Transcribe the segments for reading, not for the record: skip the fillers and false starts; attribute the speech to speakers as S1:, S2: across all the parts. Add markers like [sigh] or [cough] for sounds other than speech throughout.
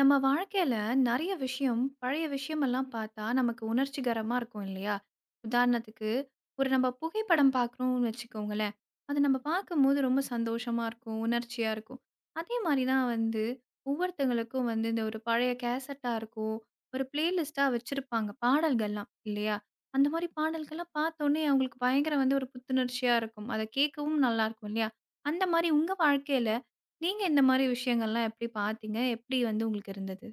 S1: நம்ம வாழ்க்கையில நிறைய விஷயம், பழைய விஷயமெல்லாம் பார்த்தா நமக்கு உணர்ச்சிகரமா இருக்கும் இல்லையா? உதாரணத்துக்கு, ஒரு நம்ம புகைப்படம் பார்க்குறோம்னு வச்சுக்கோங்களேன். அது நம்ம பார்க்கும்போது ரொம்ப சந்தோஷமா இருக்கும், உணர்ச்சியா இருக்கும். அதே மாரி தான் வந்து ஒவ்வொருத்தங்களுக்கும் வந்து இந்த ஒரு பழைய கேசட்டா இருக்கும், ஒரு பிளேலிஸ்ட்டா வச்சிருப்பாங்க பாடல்கள்லாம் இல்லையா? அந்த மாரி பாடல்கள்லாம் பார்த்தோனே அவங்களுக்கு பயங்கர வந்து ஒரு புத்துணர்ச்சியா இருக்கும். அத கேட்கவும் நல்லாயிருக்கும் இல்லையா? அந்த மாரி உங்க வாழ்க்கையில நீங்க இந்த மாரி விஷயங்கள்லாம் எப்படி பார்த்தீங்க? எப்படி வந்து உங்களுக்கு இருந்தது?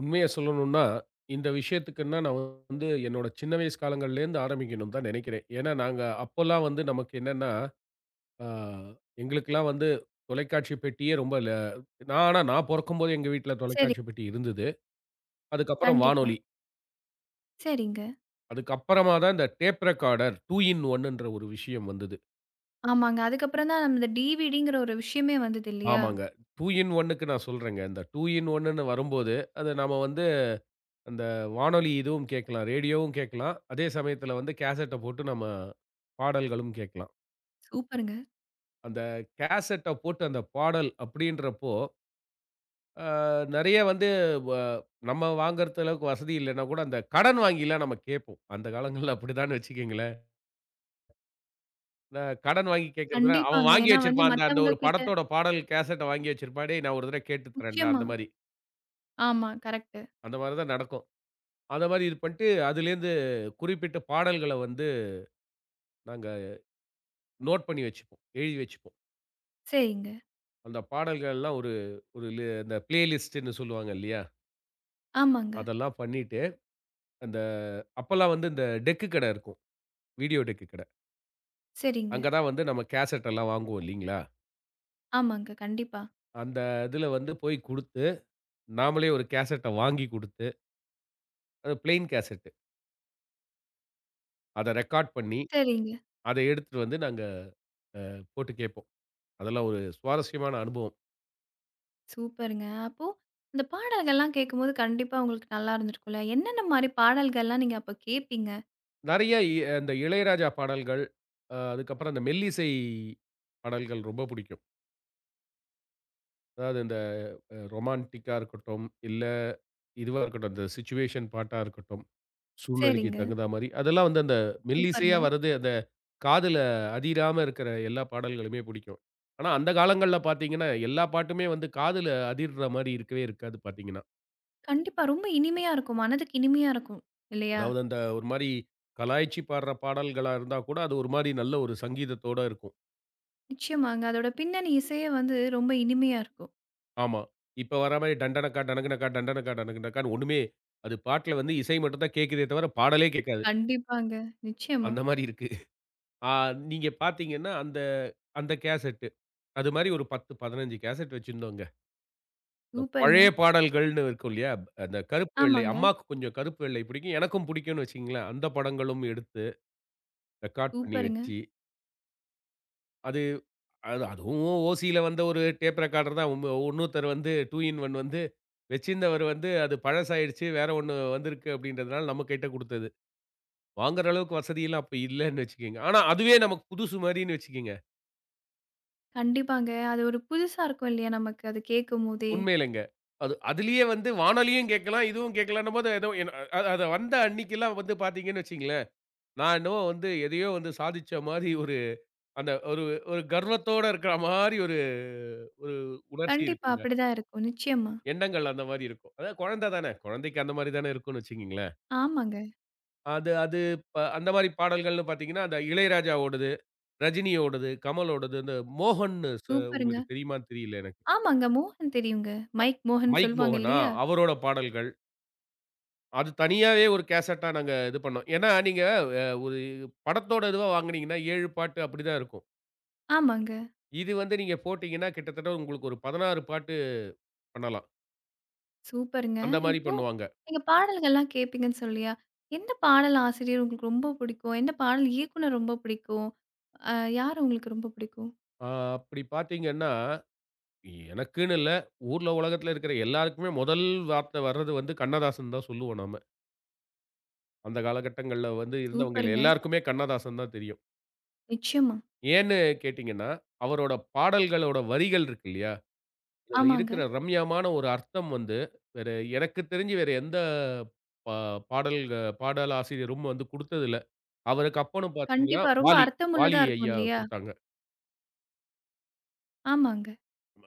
S2: உண்மைய சொல்லணும்னா, இந்த விஷயத்துக்குன்னா நான் வந்து என்னோட சின்ன வயசு காலங்கள்லேருந்து ஆரம்பிக்கணும்னு தான் நெனைக்கிறேன். ஏன்னா, நாங்க அப்போலாம் வந்து நமக்கு என்னன்னா, ஆ எங்களுக்கெல்லாம் வந்து தொலைக்காட்சி பெட்டியே ரொம்ப நான் நான் பொறக்கும்போது எங்க வீட்ல
S1: சரி.
S2: தொலைக்காட்சி பெட்டி இருந்தது. அதுக்கப்புறம்
S1: கண்டிப்பா.
S2: வானொலி.
S1: சரிங்க.
S2: அப்புறமா தான் இந்த டேப் ரெக்கார்டர் 2 இன் 1 ன்ற ஒரு விஷயம் வந்தது.
S1: ஆமாங்க. அதுக்கப்புறம் தான் அந்த டிவிடிங்கிற ஒரு விஷயமே வந்தது இல்லையா?
S2: ஆமாங்க. 2 இன் 1 க்கு நான் சொல்றேங்க. இந்த 2 இன் 1 ன்னு வரும்போது, அது நாம வந்து அந்த வானொலி இதுவும் கேட்கலாம், ரேடியோவும் கேட்கலாம். அதே சமயத்தில வந்து கேசட்ட போட்டு நம்ம பாடல்களும் கேட்கலாம்.
S1: சூப்பருங்க.
S2: அந்த கேசட்ட போட்டு அந்த பாடல் அப்படின்றப்போ, அ நெறைய வந்து வ நம்ம வாங்குறது அளவுக்கு வசதி இல்லன்னா கூட, அந்த கடன் வாங்கிலாம் நம்ம கேட்போம். அந்த காலங்கள்ல அப்படிதான்னு வச்சுக்கங்களேன். இந்த கடன் வாங்கி கேட்கிறதுனா, அவன்
S1: கண்டிப்பாங்க.
S2: வாங்கி
S1: ஏன்னா வந்து
S2: வச்சிருப்பான். அந்த அந்த
S1: மத்தவங்க
S2: ஒரு
S1: கிட்ட
S2: படத்தோட பாடல் கேசட்ட வாங்கி வச்சிருப்பான். "டேய் நான் ஒரு தடவ கேட்டு தரேன்டா"
S1: நிச்சயமா.
S2: அந்த மாரி.
S1: ஆமா. கரெக்ட்டு.
S2: அந்த மாரி தான் நடக்கும். அந்த மாரி இது பண்ணிட்டு, அதுலேருந்து குறிப்பிட்ட பாடல்கள வந்து நாங்க நோட் பண்ணி வச்சுப்போம். எழுதி வச்சுப்போம்.
S1: சரிங்க.
S2: பாடல்கள்லாம் ஒரு ஒரு லி இந்த பிளேலிஸ்ட்ன்னு சொல்லுவாங்க இல்லையா?
S1: ஆமாங்க.
S2: அதெல்லாம் பண்ணிட்டு, அந்த அப்பல்லாம் வந்து இந்த டெக்கு கடை இருக்கும். வீடியோ டெக்கு கடை.
S1: சரிங்க.
S2: அங்க தான் வந்து நம்ம கேசெட் எல்லாம் வாங்குவோம் இல்லீங்களா?
S1: ஆமாங்க. கண்டிப்பா.
S2: அந்த இதுல வந்து போய் குடுத்து, நாமளே ஒரு கேசெட்ட வாங்கி குடுத்து, அது பிளெயின் கேசெட்டு. அத ரெக்கார்ட் பண்ணி,
S1: சரிங்க.
S2: அத எடுத்துட்டு வந்து நாங்க போட்டு கேட்போம். அதெல்லாம் ஒரு சுவாரஸ்யமான அனுபவம்.
S1: சூப்பருங்க. அப்போ இந்த பாடல்கள்லாம் கேட்கும்போது கண்டிப்பா உங்களுக்கு நல்லா இருந்திருக்கும்ல. என்னென்ன மாரி பாடல்கள்லாம் நீங்க அப்ப கேட்பீங்க?
S2: நெறைய இ அந்த இளையராஜா பாடல்கள், அதுக்கப்புறம் அந்த மெல்லிசை பாடல்கள் ரொம்ப புடிக்கும். அதாவது இந்த ரொமான்டிக்கா இருக்கட்டும், இல்ல இதுவா இருக்கட்டும், அந்த சிச்சுவேஷன் பாட்டா இருக்கட்டும், சூழ்நிலைக்கு
S1: சரிங்க.
S2: தகுந்தா மாரி, அதெல்லாம் வந்து அந்த
S1: சூப்பருங்க.
S2: மெல்லிசையா வரது அந்த காதுல அதிராம இருக்கிற எல்லா பாடல்களுமே பிடிக்கும். ஆனா, அந்த காலங்கள்ல பார்த்தீங்கன்னா, எல்லா பாட்டுமே வந்து காதுல அதிர்ற மாரி இருக்கவே இருக்காது பார்த்தீங்கன்னா.
S1: கண்டிப்பா ரொம்ப இனிமையா இருக்கும். மனதுக்கு இனிமையா இருக்கும். இல்லையா?
S2: அதாவது அந்த ஒரு மாரி கலாய்ச்சி பாடுற பாடல்களா இருந்தா கூட, அது ஒரு மாரி நல்ல ஒரு சங்கீதத்தோட இருக்கும்.
S1: நிச்சயமாங்க. அதோட பின்னணி இசையே வந்து ரொம்ப இனிமையா இருக்கும்.
S2: ஆமா. இப்ப வர மாரி டண்டனக்கா, டனகனக்கா, டண்டனக்கா, டனகனக்கான்னு ஒண்ணுமே அது பாட்டுல வந்து இசை மட்டும் தான் கேட்குதே தவிர, பாடலே கேட்காது.
S1: கண்டிப்பாங்க. நிச்சயமா.
S2: அந்த மாரி இருக்கு. ஆ நீங்க பார்த்தீங்கன்னா, அந்த அந்த கேசெட்டு. அது மாரி ஒரு 10, 15 கேசெட் வச்சிருந்தோங்க. இந்த
S1: சூப்பருங்க.
S2: பழைய பாடல்கள்னு இருக்கும் இல்லையா? அந்த கருப்பு, வெள்ளை
S1: ஆமாங்க.
S2: அம்மாக்கு கொஞ்சம் கருப்பு, வெள்ளை பிடிக்கும். எனக்கும் பிடிக்கும்னு வச்சுக்கங்களேன். அந்த படங்களும் எடுத்து ரெக்கார்ட் பண்ணி
S1: சூப்பருங்க.
S2: வச்சு, அது அது அதுவும் ஓசியில வந்த ஒரு டேப் ரெக்கார்டர் தான். இன்னொருத்தர் வந்து 2 இன் 1 வந்து வச்சிருந்தவர் வந்து அது பழசாயிடுச்சு. வேற ஒண்ணு வந்திருக்கு அப்படின்றதுனால நம்ம கைட்ட குடுத்தது. வாங்குற அளவுக்கு வசதியெல்லாம் அப்ப இல்லன்னு வச்சுக்கங்க. ஆனா அதுவே நமக்கு புதுசு மாரின்னு வச்சுக்கங்க.
S1: கண்டிப்பாங்க. அது ஒரு புதுசா இருக்கும் இல்லையா நமக்கு அது கேட்கும்போதே!
S2: உண்மையிலங்க. அது அதிலேயே வந்து வானொலியும் கேட்கலாம், இதுவும் கேட்கலான்னும்போது ஏதோ என் அ அது வந்த அன்னைக்கெல்லாம் வந்து பார்த்தீங்கன்னு வச்சுக்கங்களேன் நான் என்னவோ வந்து எதையோ வந்து சாதிச்ச மாரி ஒரு அந்த ஒரு ஒரு கர்வத்தோட இருக்கிற மாரி ஒரு ஒரு உணர்ச்சி
S1: கண்டிப்பா
S2: இருக்குங்க.
S1: அப்படிதான் இருக்கும். நிச்சயமா.
S2: எண்ணங்கள் அந்த மாரி இருக்கும். அதாவது குழந்தை தானே. குழந்தைக்கு அந்த மாரி தானே இருக்கும்னு வச்சுக்கங்களேன்.
S1: ஆமாங்க.
S2: அது அது ப அந்த மாரி பாடல்கள்னு பார்த்தீங்கன்னா, அந்த இளையராஜாவோடது, ரஜினியோடது, கமலோடது, இந்த மோகன்னு ச
S1: சூப்பருங்க.
S2: உங்களுக்கு தெரியுமான்னு தெரியல எனக்கு.
S1: ஆமாங்க. மோகன் தெரியுங்க. மைக் மோகன்
S2: மைக்
S1: சொல்லுவாங்க
S2: மோகன்,
S1: இல்லையா?
S2: அவரோட பாடல்கள். அது தனியாவே ஒரு கேசட்டா நாங்க இது பண்ணோம். ஏன்னா, நீங்க ஒரு படத்தோட இதுவா வாங்குனீங்கன்னா 7 பாட்டு அப்படிதான் இருக்கும்.
S1: ஆமாங்க.
S2: இது வந்து நீங்க போட்டீங்கன்னா, கிட்டத்தட்ட உங்களுக்கு ஒரு 16 பாட்டு பண்ணலாம்.
S1: சூப்பருங்க.
S2: அந்த மாரி
S1: இப்போ
S2: பண்ணுவாங்க.
S1: நீங்க பாடல்கள்லாம் கேட்பீங்கன்னு சொல்லியா, எந்த பாடல் ஆசிரியர் உங்களுக்கு ரொம்ப பிடிக்கும்? எந்த பாடல் இயக்குனர் ரொம்ப பிடிக்கும்? அ யார் உங்களுக்கு ரொம்ப பிடிக்கும்?
S2: ஆ அப்படி பார்த்தீங்கன்னா, எனக்குன்னு இல்ல, ஊர்ல உலகத்துல இருக்கிற எல்லாருக்குமே முதல் வார்த்தை வர்றது வந்து கண்ணதாசன் தான் சொல்லுவோம் நாம. அந்த காலகட்டங்கள்ல வந்து இருந்தவங்க
S1: சூப்பருங்க.
S2: எல்லாருக்குமே கண்ணதாசன் தான் தெரியும்.
S1: நிச்சயமா.
S2: ஏன்னு கேட்டீங்கன்னா, அவரோட பாடல்களோட வரிகள் இருக்கு இல்லையா? அதுல
S1: ஆமாங்க.
S2: இருக்கிற ரம்யமான ஒரு அர்த்தம் வந்து, வேற எனக்கு தெரிஞ்சு வேற எந்த பா பாடல் பாடலாசிரியரும் வந்து குடுத்ததில்ல. அவருக்கு அப்பனும் பார்த்தீங்கன்னா,
S1: கண்டிப்பா. ரொம்ப
S2: வாலி. வாலி,
S1: அர்த்தமுள்ளதா இருக்கும் இல்லையா? ஆமாங்க.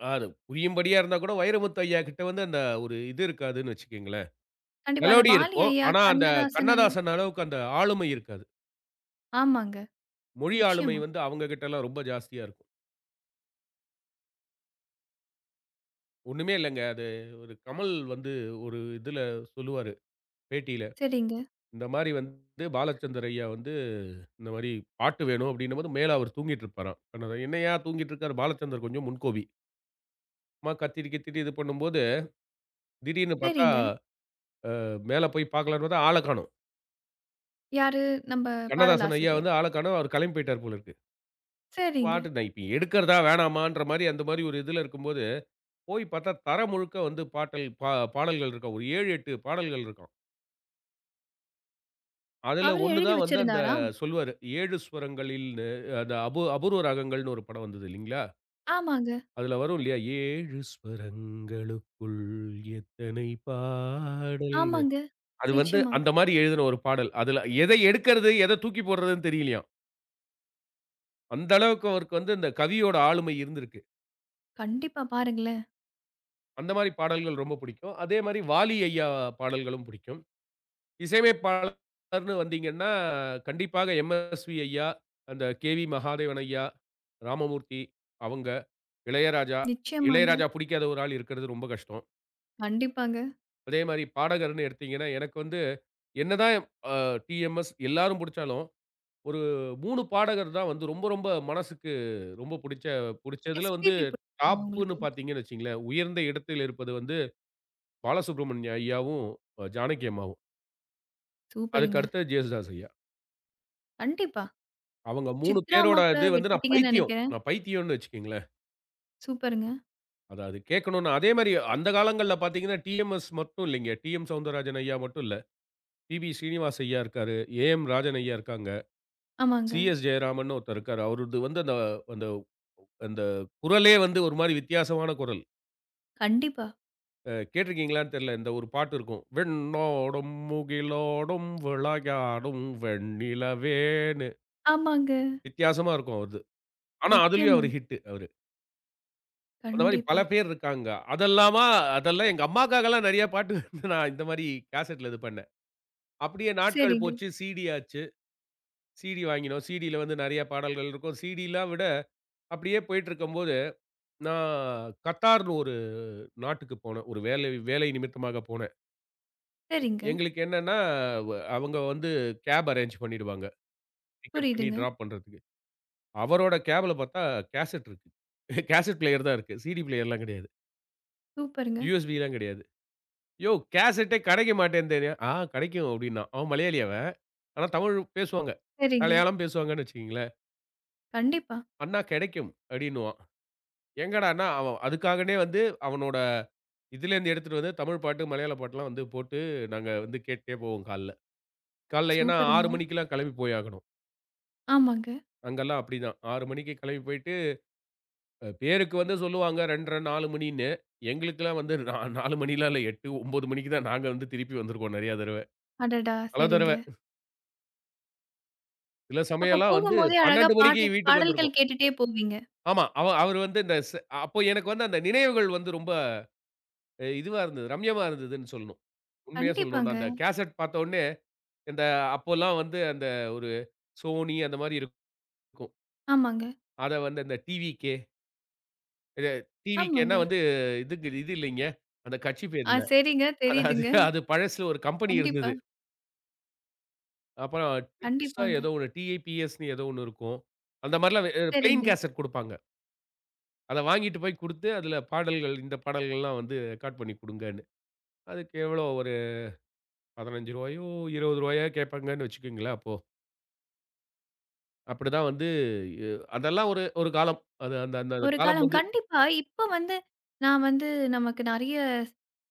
S2: அது புரியும்படியா இருந்தா கூட, வைரமுத்து ஐயா கிட்ட வந்து அந்த ஒரு இது இருக்காதுன்னு வச்சுக்கங்களேன்.
S1: கண்டிப்பா. அந்த
S2: மெலோடி
S1: வாலி
S2: இருக்கும்.
S1: ஐயா,
S2: ஆனா, அந்த
S1: கண்ணதாசன் எல்லாம்
S2: கண்ணதாசன் அளவுக்கு அந்த ஆளுமை இருக்காது.
S1: ஆமாங்க.
S2: மொழி ஆளுமை
S1: நிச்சயமா.
S2: வந்து அவங்க கிட்டலாம் ரொம்ப ஜாஸ்தியா இருக்கும். ஒண்ணுமே இல்லங்க. அது ஒரு கமல் வந்து ஒரு இதுல சொல்லுவாரு, பேட்டியில.
S1: சரிங்க,
S2: இந்த மாரி வந்து பாலச்சந்தர் ஐயா வந்து இந்த மாரி பாட்டு வேணும் அப்டின்னும்போது, மேல அவர் தூங்கிட்டு இருப்பாராம். கண்ணதா என்னய்யா தூங்கிட்டு இருக்காரு? பாலச்சந்தர் கொஞ்சம் முன்கோபி. சும்மா கத்திட்டு, கித்திட்டு இது பண்ணும்போது, திடீர்னு பாத்தா
S1: சரிங்க.
S2: மேல போய் பாக்கலான்னு பாத்தா ஆள காணோம்.
S1: யாரு? நம்ம
S2: கண்ணதாசன் ஐயா
S1: பாடலாசிரியர்.
S2: வந்து ஆள காணோம். அவர் கெளம்பி போய்ட்டார் போல இருக்கு.
S1: சரிங்க.
S2: பாட்டு நான் இப்ப எடுக்கிறதா வேணாமான்ற மாரி, அந்த மாரி ஒரு இதுல இருக்கும்போது, போய் பார்த்தா தர முழுக்க வந்து பாட்டல் பா பாடல்கள் இருக்காம். ஒரு 7, 8 பாடல்கள் இருக்காம். அதுல
S1: அவரே
S2: 1
S1: எழுதி
S2: தான் வந்து அந்த
S1: வச்சிருந்தாரா?
S2: சொல் 7 ஸ்வரங்களில்னு அந்த அபூர்வ ராகங்கள்னு ஒரு படம் வந்தது இல்லைங்களா?
S1: ஆமாங்க,
S2: அதுல வரும் இல்லையா? 7 ஸ்வரங்களுக்குள் எத்தனை பாடல்னு.
S1: ஆமாங்க.
S2: அது வந்து
S1: நிச்சயமா.
S2: அந்த மாரி எழுதின ஒரு பாடல். அதுல எத எடுக்கிறது, எத தூக்கி போடுறதுன்னு தெரியலையாம். அந்த அளவுக்கு அவருக்கு வந்து இந்த கவியோட ஆளுமை இருந்திருக்கு.
S1: கண்டிப்பா பாருங்களேன்.
S2: அந்த மாரி பாடல்கள் ரொம்ப புடிக்கும். அதே மாரி வாலி ஐயா பாடல்களும் புடிக்கும். இசையமைப்பாளர்ன்னு வந்தீங்கன்னா, கண்டிப்பாக எம்.எஸ்.வி ஐயா, அந்த கே.வி. மகாதேவன் ஐயா, ராமமூர்த்தி அவங்க, இளையராஜா.
S1: நிச்சயமாங்க.
S2: இளையராஜா புடிக்காத ஒரு ஆள் இருக்கிறது ரொம்ப கஷ்டம்.
S1: கண்டிப்பாங்க.
S2: அதே மாரி பாடகர்ன்னு எடுத்தீங்கன்னா, எனக்கு வந்து என்னதான் அ டி.எம்.எஸ் எல்லாரும் புடிச்சாலும், ஒரு 3 பாடகர் தான் வந்து ரொம்ப ரொம்ப மனசுக்கு ரொம்ப புடிச்சதுல வந்து
S1: SPB பிடிக்குங்களா
S2: டாப்புன்னு
S1: உங்களுக்கு?
S2: பார்த்தீங்கன்னு வச்சுக்கங்களேன், உயர்ந்த இடத்தில் இருப்பது வந்து பாலசுப்ரமணிய ஐயாவும், ஜானகி அம்மாவும். அதுக்கு
S1: சூப்பருங்க.
S2: அடுத்தது ஜேசுதாஸ் ஐயா.
S1: கண்டிப்பா.
S2: அவங்க 3
S1: சித்ரா அம்மா
S2: பேரோட
S1: கூட
S2: இது வந்து நான்
S1: விட்டுட்டீங்கன்னு
S2: பைத்தியம்.
S1: நெனைக்கிறேன்.
S2: நான் பைத்தியம்னு வச்சுக்கங்களேன்.
S1: சூப்பருங்க.
S2: இது கேட்கணும்னு அதே மாரி அந்த காலங்கள்ல பார்த்தீங்கன்னா, டிஎம்எஸ் மட்டும் இல்லைங்க. டிஎம் சௌந்தரராஜன் ஐயா மட்டும் இல்ல. பிபி ஸ்ரீனிவாஸ் ஐயா இருக்காரு. ஏஎம் ராஜன் ஐயா இருக்காங்க.
S1: ஆமாங்க.
S2: சிஎஸ் ஜெயராமன்னு ஒருத்தர் இருக்காரு. அவரது வந்து அந்த அந்த அந்த குரலே வந்து ஒரு மாரி வித்தியாசமான குரல்.
S1: கண்டிப்பா.
S2: கேட்டிருக்கீங்களான்னு தெரியல. இந்த ஒரு பாட்டு இருக்கும். "விண்ணோடும் முகிலோடும் விளையாடும் வெண்ணிலவேன்னு"
S1: ஆமாங்க.
S2: வித்தியாசமா இருக்கும் அவரது. ஆனா, அதுலயும்
S1: நிச்சயமா.
S2: அவரு ஹிட். அவரு அந்த மாரி பல
S1: கண்டிப்பா.
S2: பேர் இருக்காங்க. அதெல்லாமா அதெல்லாம் எங்க அம்மாக்காகலாம் நெறைய பாட்டு வந்து நான் இந்த மாரி கேசட்ல இது பண்ணேன். அப்படியே நாட்கள்
S1: சரிங்க,
S2: போச்சு. சிடி ஆச்சு. சிடி வாங்கினோம். சிடில வந்து நெறைய பாடல்கள் இருக்கும். சிடிலாம் விட அப்படியே போயிட்டுருக்கும்போது, நான் கத்தார்னு ஒரு நாட்டுக்கு போனேன். ஒரு வேலை வேலை நிமித்தமாக போனேன்.
S1: சரிங்க.
S2: எங்களுக்கு என்னன்னா, அவங்க வந்து கேப் அரேஞ்ச் பண்ணிடுவாங்க. பிக்கப் பண்ணி
S1: புரியுதுங்க.
S2: டிராப் பண்றதுக்கு. அவரோட கேப்ல பாத்தா கேசட் இருக்கு. [laughs] கேசட் பிளேயர் தான் இருக்கு. சிடி பிளேயர்லாம் கெடையாது.
S1: சூப்பருங்க.
S2: யுஎஸ்பிலாம் கெடையாது. யோவ்! கேசட்டே கெடைக்க மாட்டேன்தேனியா? ஆ கெடைக்கும் அப்டின்னான். அவன் மலையாளி அவன். ஆனா தமிழ் பேசுவாங்க.
S1: சரிங்க.
S2: மலையாளம் பேசுவாங்கன்னு வச்சுக்கங்களேன்.
S1: கண்டிப்பா.
S2: அண்ணா கெடைக்கும் அப்டின்னுவான். எங்கடான்னா அவன் அதுக்காகனே வந்து அவனோட இதுலேருந்து எடுத்துட்டு வந்து தமிழ் பாட்டு, மலையாள பாட்டுலாம் வந்து போட்டு நாங்க வந்து கேட்டுட்டே போவோம் கால்ல. கால்ல ஏன்னா 6
S1: சூப்பருங்க.
S2: மணிக்கெல்லாம் கெளம்பி போய் ஆகணும்.
S1: ஆமாங்க.
S2: அங்க அப்டிதான். 6 மணிக்கு கெளம்பி போயிட்டு பேருக்கு வந்து சொல்லுவாங்க 2 1/2, 4 மணின்னு. எங்களுக்கெல்லாம் வந்து 4 மணிலாம் இல்ல 8, 9 மணிக்கு தான் நாங்க வந்து திருப்பி வந்திருக்கோம் நெறையா தடவ.
S1: அடடா!
S2: பல
S1: சரிங்க.
S2: தடவ. சில
S1: அப்ப
S2: சமயம்லாம் வந்து
S1: போகும்போதே அழகா
S2: 12 மணிக்கு
S1: பாட்டு பாடல்கள் கேட்டுட்டே போவீங்க.
S2: ஆமா. அவரு வந்து இந்த அப்போ எனக்கு வந்து அந்த நினைவுகள் வந்து ரொம்ப இதுவா இருந்தது. ரம்யமா இருந்ததுன்னு சொல்லணும். உண்மையா சொல்லணும்னா,
S1: கண்டிப்பாங்க.
S2: அந்த கேசட் பார்த்தோனே, இந்த அப்போலாம் வந்து அந்த ஒரு சோனி அந்த மாரி இருக்கும்.
S1: ஆமாங்க,
S2: அத அந்த டிவிகே இது டிவிகேன்னா
S1: ஆமாங்க.
S2: வந்து இதுக்கு இது இல்லைங்க. அந்த கட்சி பேர்
S1: ஆ
S2: இல்ல.
S1: சரிங்க.
S2: அதாவது
S1: தெரியுதுங்க.
S2: அது பழசுல ஒரு கம்பெனி
S1: கண்டிப்பா,
S2: இருந்தது. அப்புறம் டிப்ஸா
S1: கண்டிப்பாங்க.
S2: ஏதோ ஒண்ணு டிஐபிஎஸ்ன்னு ஏதோ ஒண்ணு இருக்கும். அந்த மாரிலாம் பிளெயின்
S1: சரிங்க.
S2: கேசட் குடுப்பாங்க. அத வாங்கிட்டு போய் குடுத்து, அதில பாடல்கள்லாம் வந்து ரெக்கார்ட் பண்ணி குடுங்கன்னு. அதுக்கு எவ்வளோ ஒரு ரூ. 15யோ, ரூ. 20யோ கேட்பாங்கன்னு வச்சுக்கோங்களேன் அப்போ. அப்படிதான் வந்து எ அதெல்லாம் ஒரு ஒரு காலம். அது அந்த அந்த அந்த
S1: ஒரு
S2: காலம்
S1: காலம்
S2: வந்து
S1: கண்டிப்பா. இப்ப வந்து நான் வந்து நமக்கு நெறைய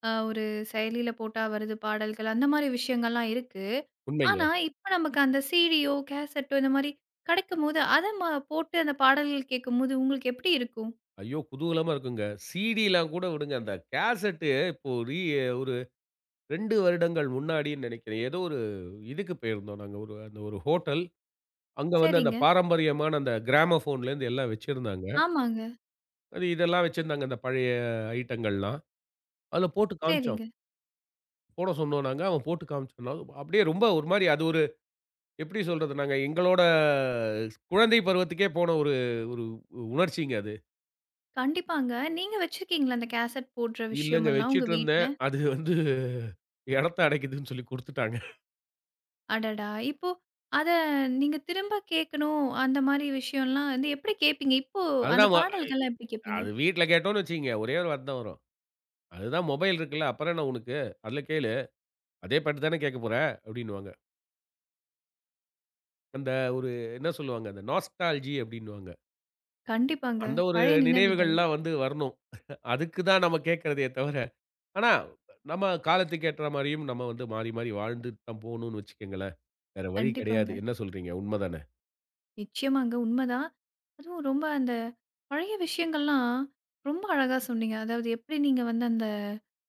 S1: ஒரு செயலில போட்டா வருது பாடல்கள். அந்த மாரி விஷயங்கள்லாம் இருக்கு.
S2: உண்மைங்க.
S1: ஆனா, இப்ப நமக்கு அந்த சீடியோ, கேசட்டோ இந்த மாரி கெடைக்கும்போது, அத ம போட்டு அந்த பாடல்கள் கேட்கும்போது உங்களுக்கு எப்படி இருக்கும்?
S2: குதூகலமா இருக்குங்க. சிடிலாம் கூட விடுங்க. அந்த கேசெட்டு இப்போ ஒரு 2 வருடங்கள் முன்னாடின்னு நெனைக்கிறேன். ஏதோ ஒரு இதுக்கு போயிருந்தோம் நாங்க. ஒரு அந்த ஒரு ஹோட்டல். அங்க வந்து அந்த
S1: சரிங்க.
S2: பாரம்பரியமான அந்த கிராமோஃபோன்லேருந்து எல்லாம் வச்சிருந்தாங்க.
S1: ஆமாங்க.
S2: அது இதெல்லாம் வச்சிருந்தாங்க அந்த பழைய ஐட்டங்கள்லாம். அதில போட்டு
S1: சரிங்க.
S2: காமிச்சோம். போட சொன்னோம் நாங்க. அவன் போட்டு காமிச்சோம்னா, அப்படியே ரொம்ப ஒரு மாரி அது ஒரு எப்படி சொல்றது? நாங்க எங்களோட குழந்தை பருவத்துக்கே போன ஒரு ஒரு உணர்ச்சிங்க அது.
S1: கண்டிப்பாங்க. நீங்க வச்சிருக்கீங்களா அந்த கேசட் போடுற
S2: இல்லங்க
S1: விஷயமெல்லாம் உங்க வீட்ல?
S2: வச்சுட்டுருந்தேன். அது வந்து இடத்த அடைக்குதுன்னு சொல்லி குடுத்துட்டாங்க.
S1: அடடா! இப்போ அத நீங்க திரும்ப கேட்கணும், அந்த மாரி விஷயம்லாம் வந்து எப்படி கேட்பீங்க? இப்போ அந்த
S2: அதுதான் ம
S1: பாடல்கள்லாம் எப்படி கேட்பீங்க?
S2: அது வீட்ல கேட்டோம்னு வச்சுக்கங்க, ஒரே ஒரு வார்த்த தான் வரும். "அதுதான் மொபைல் இருக்குல்ல, அப்புறம் என்ன உனக்கு? அதுல கேளு. அதே பாட்டு தானே கேட்க போற" அப்படின்னுவாங்க. அந்த ஒரு என்ன சொல்லுவாங்க? அந்த நாஸ்டால்ஜி அப்படின்னுவாங்க.
S1: கண்டிப்பாங்க.
S2: அந்த ஒரு
S1: பழைய நினைவுகள்.
S2: நினைவுகள்லாம் வந்து வரணும். அதுக்கு தான் நம்ம கேட்கிறதே தவிர ஆனா, நம்ம காலத்துக்கு ஏற்ற மாரியும் நம்ம வந்து மாறி, மாறி வாழ்ந்துட்டு தான் போணும்னு வச்சுக்கங்களேன். வேற வழி
S1: கண்டிப்பாங்க.
S2: கிடையாது. என்ன சொல்றீங்க? உண்மதானே?
S1: நிச்சயமாங்க. உண்மதான். அதுவும் ரொம்ப அந்த பழைய விஷயங்கள்லாம் ரொம்ப அழகா சொன்னீங்க. அதாவது எப்படி நீங்க வந்து அந்த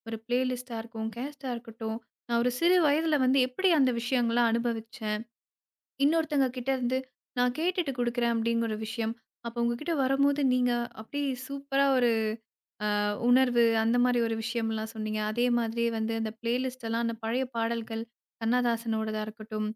S1: ஒரு பிளேலிஸ்ட்டா இருக்கும், கேஸ்ட்டா இருக்கட்டும், நான் ஒரு சிறு வயதுல வந்து எப்படி அந்த விஷயங்கள்லாம் அனுபவிச்சேன். இன்னொருத்தங்க கிட்ட இருந்து, நான் கேட்டுட்டு குடுக்குறேன் அப்படிங்கிற விஷயம். அப்போ உங்ககிட்ட வரும்போது நீங்க அப்படியே சூப்பரா உணர்வு அந்த மாதிரி ஒரு விஷயம்லாம் சொன்னீங்க. அதே மாதிரி வந்து அந்த பிளேலிஸ்ட் எல்லாம் அந்த பழைய பாடல்கள், கண்ணதாசனோடதா இருக்கட்டும்,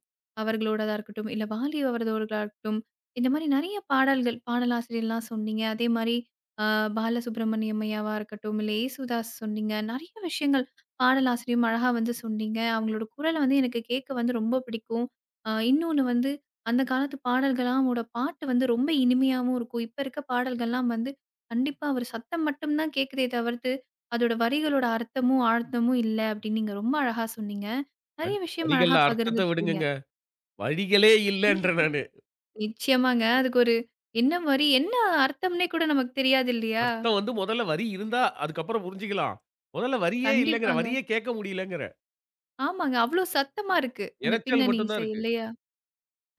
S1: அவர்களோடதா இருக்கட்டும், இல்ல வாலி அவர்களோடதா இருக்கட்டும், இந்த மாதிரி நெறைய பாடல்கள், பாடலாசிரியர்லாம் சொன்னீங்க. அதே மாதிரி அ பாலசுப்ரமணியம் ஐயாவா இருக்கட்டும், இல்ல ஏசுதாஸ் சொன்னீங்க. நெறைய விஷயங்கள் பாடலாசிரியும் அழகா வந்து சொன்னீங்க. அவங்களோட குரல வந்து எனக்கு கேட்க வந்து ரொம்ப பிடிக்கும். இன்னொன்னு வந்து அந்த காலத்து பாடல்கள்லாம், அவங்களோட பாட்டு வந்து ரொம்ப இனிமையாவும் இருக்கும். இப்ப இருக்க பாடல்கள்லாம் வந்து கண்டிப்பா. அவரு சத்தம் மட்டும் தான் கேட்குதே தவிர்த்து, அதோட வரிகளோட அர்த்தமும், ஆழ்த்தமும் இல்ல அப்படின்னு நீங்க ரொம்ப அழகா சொன்னீங்க. நெறைய விஷயம் அழகா
S2: வரிகள்ல அர்த்தத்த
S1: பகிர்ந்துக்கிட்டீங்க.
S2: விடுங்கங்க. வழிகளே
S1: கண்டி
S2: இல்லன்றேன் நானு.
S1: நிச்சயமாங்க. அதுக்கு ஒரு என்ன வரி, என்ன அர்த்தம்னே கூட நமக்கு தெரியாது இல்லையா?
S2: அர்த்தம் வந்து முதல்ல வரி இருந்தா, அதுக்கப்புறம் புரிஞ்சுக்கலாம். முதல்ல வரியே இல்லங்கறேன்.
S1: கண்டிப்பாங்க.
S2: வரியே கேட்க முடியலங்கறேன்.
S1: ஆமாங்க. அவ்ளோ சத்தமா இருக்கு. அந்த
S2: இரைச்சல்
S1: பின்னணி
S2: மட்டும் தான்
S1: இசை
S2: இருக்கு.
S1: இல்லையா?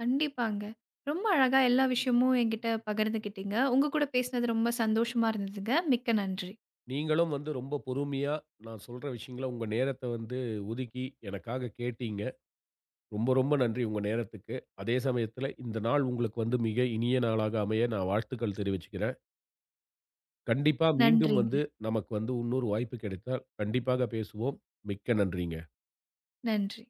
S1: கண்டிப்பாங்க. ரொம்ப அழகா எல்லா விஷயமும் என்கிட்ட பகிர்ந்துக்கிட்டீங்க. உங்க கூட பேசினது ரொம்ப சந்தோஷமா இருந்ததுங்க. மிக்க நன்றி.
S2: நீங்களும் வந்து ரொம்ப பொறுமையா, நான் சொல்ற விஷயங்கள உங்க நேரத்த வந்து ஒதுக்கி எனக்காக கேட்டீங்க. ரொம்ப நன்றி உங்க நேரத்துக்கு. அதே சமயத்துல இந்த நாள் உங்களுக்கு வந்து மிக இனிய நாளாக அமைய நான் வாழ்த்துக்கள் தெரிவிச்சுக்கிறேன். கண்டிப்பா மீண்டும்
S1: நன்றிங்க.
S2: வந்து நமக்கு வந்து இன்னொரு வாய்ப்பு கிடைத்தால் கண்டிப்பாக பேசுவோம். மிக்க நன்றிங்க.
S1: நன்றி.